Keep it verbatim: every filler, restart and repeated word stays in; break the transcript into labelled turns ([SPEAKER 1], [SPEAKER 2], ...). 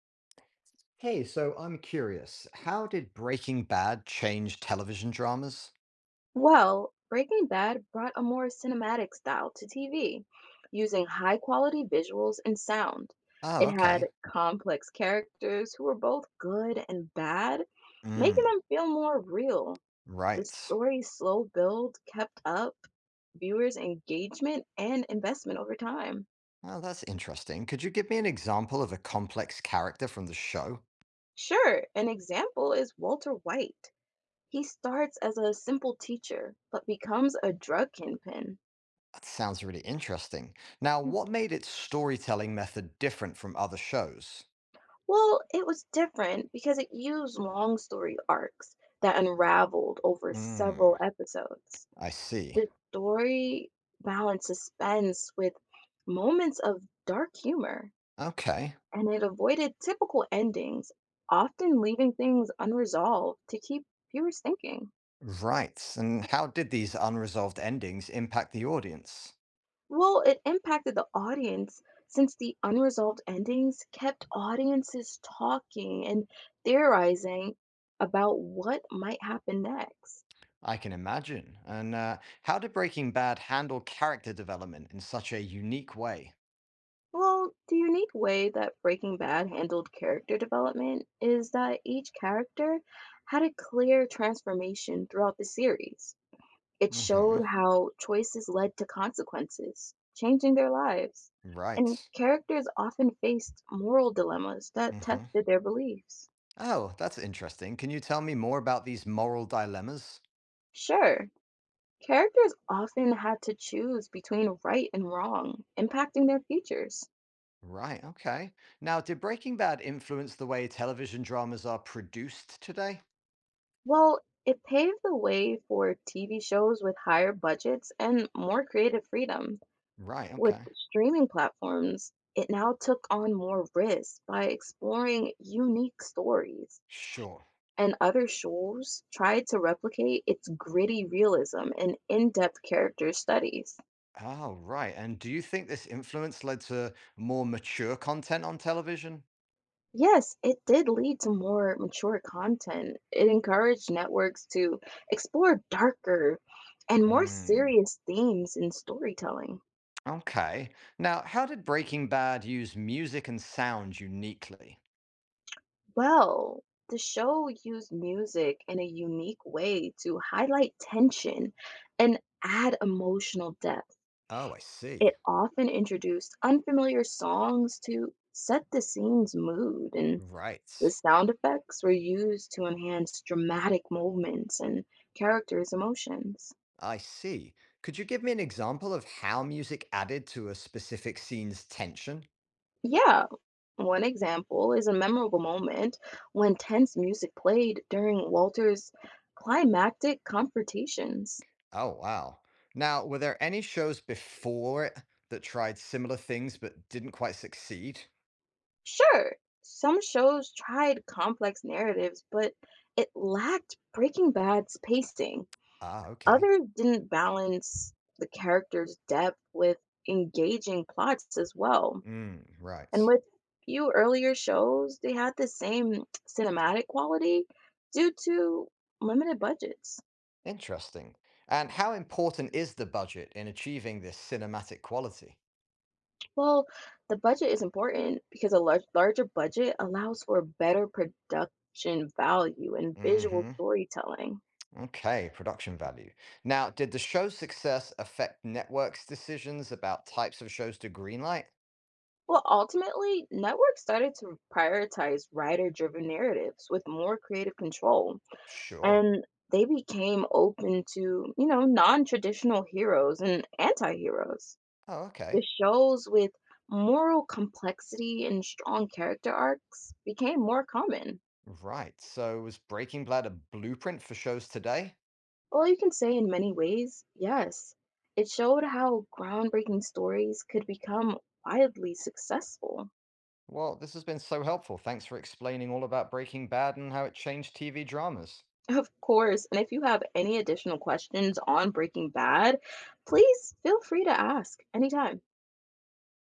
[SPEAKER 1] Hey, so I'm curious, how did Breaking Bad change television dramas?
[SPEAKER 2] Well, Breaking Bad brought a more cinematic style to T V, using high quality visuals and sound.
[SPEAKER 1] Oh,
[SPEAKER 2] It had
[SPEAKER 1] okay.
[SPEAKER 2] complex characters who were both good and bad, making
[SPEAKER 1] Mm,
[SPEAKER 2] them feel more real. The
[SPEAKER 1] right.
[SPEAKER 2] story's slow build kept up viewers' engagement and investment over time.
[SPEAKER 1] Well, that's interesting. Could you give me an example of a complex character from the show?
[SPEAKER 2] Sure, an example is Walter White. He starts as a simple teacher, but becomes a drug kingpin.
[SPEAKER 1] That sounds really interesting. Now, what made its storytelling method different from other shows?
[SPEAKER 2] Well, it was different because it used long story arcs that unraveled over
[SPEAKER 1] Mm,
[SPEAKER 2] several episodes.
[SPEAKER 1] I see.
[SPEAKER 2] The story balanced suspense with moments of dark humor,
[SPEAKER 1] Okay.
[SPEAKER 2] and it avoided typical endings, often leaving things unresolved to keep viewers thinking.
[SPEAKER 1] Right. And how did these unresolved endings impact the audience?
[SPEAKER 2] Well, it impacted the audience since the unresolved endings kept audiences talking and theorizing about what might happen next.
[SPEAKER 1] I can imagine. And uh, how did Breaking Bad handle character development in such a unique way?
[SPEAKER 2] Well, the unique way that Breaking Bad handled character development is that each character had a clear transformation throughout the series. It
[SPEAKER 1] Hmm.
[SPEAKER 2] showed how choices led to consequences, changing their lives, and
[SPEAKER 1] Right.
[SPEAKER 2] characters often faced moral dilemmas that
[SPEAKER 1] Hmm.
[SPEAKER 2] tested their beliefs.
[SPEAKER 1] Oh, that's interesting. Can you tell me more about these moral dilemmas?
[SPEAKER 2] Sure, characters often had to choose between right and wrong, impacting their futures.
[SPEAKER 1] Right, okay. Now, did Breaking Bad influence the way television dramas are produced today?
[SPEAKER 2] Well, it paved the way for T V shows with higher budgets and more creative freedom.
[SPEAKER 1] Right,
[SPEAKER 2] With
[SPEAKER 1] okay.
[SPEAKER 2] streaming platforms, it now took on more risk by exploring unique stories.
[SPEAKER 1] Sure.
[SPEAKER 2] And other shows tried to replicate its gritty realism and in depth character studies.
[SPEAKER 1] Oh, right. And do you think this influence led to more mature content on television?
[SPEAKER 2] Yes, it did lead to more mature content. It encouraged networks to explore darker and more
[SPEAKER 1] Mm.
[SPEAKER 2] serious themes in storytelling.
[SPEAKER 1] Okay. Now, how did Breaking Bad use music and sound uniquely?
[SPEAKER 2] Well, the show used music in a unique way to highlight tension and add emotional depth.
[SPEAKER 1] Oh, I see.
[SPEAKER 2] It often introduced unfamiliar songs to set the scene's mood, and the
[SPEAKER 1] Right.
[SPEAKER 2] sound effects were used to enhance dramatic movements and characters' emotions.
[SPEAKER 1] I see. Could you give me an example of how music added to a specific scene's tension?
[SPEAKER 2] Yeah, one example is a memorable moment when tense music played during Walter's climactic confrontations.
[SPEAKER 1] Oh, wow. Now, were there any shows before it that tried similar things but didn't quite succeed?
[SPEAKER 2] Sure, some shows tried complex narratives, but it lacked Breaking Bad's pacing.
[SPEAKER 1] Ah, okay.
[SPEAKER 2] Others didn't balance the characters' depth with engaging plots as well.
[SPEAKER 1] Mm,
[SPEAKER 2] And
[SPEAKER 1] right.
[SPEAKER 2] with few earlier shows, they had the same cinematic quality due to limited budgets.
[SPEAKER 1] Interesting. And how important is the budget in achieving this cinematic quality?
[SPEAKER 2] Well, the budget is important because a large, larger budget allows for better production value and visual
[SPEAKER 1] Mm-hmm.
[SPEAKER 2] storytelling.
[SPEAKER 1] Okay, production value. Now, did the show's success affect networks' decisions about types of shows to greenlight?
[SPEAKER 2] Well, ultimately, networks started to prioritize writer driven narratives with more creative control,
[SPEAKER 1] Sure.
[SPEAKER 2] and they became open to, you know, non traditional heroes and anti heroes.
[SPEAKER 1] Oh, okay.
[SPEAKER 2] The shows with moral complexity and strong character arcs became more common.
[SPEAKER 1] Right. So, was Breaking Bad a blueprint for shows today?
[SPEAKER 2] Well, you can say in many ways, yes, it showed how groundbreaking stories could become widely successful.
[SPEAKER 1] Well, this has been so helpful. Thanks for explaining all about Breaking Bad and how it changed T V dramas.
[SPEAKER 2] Of course, and if you have any additional questions on Breaking Bad, please feel free to ask anytime.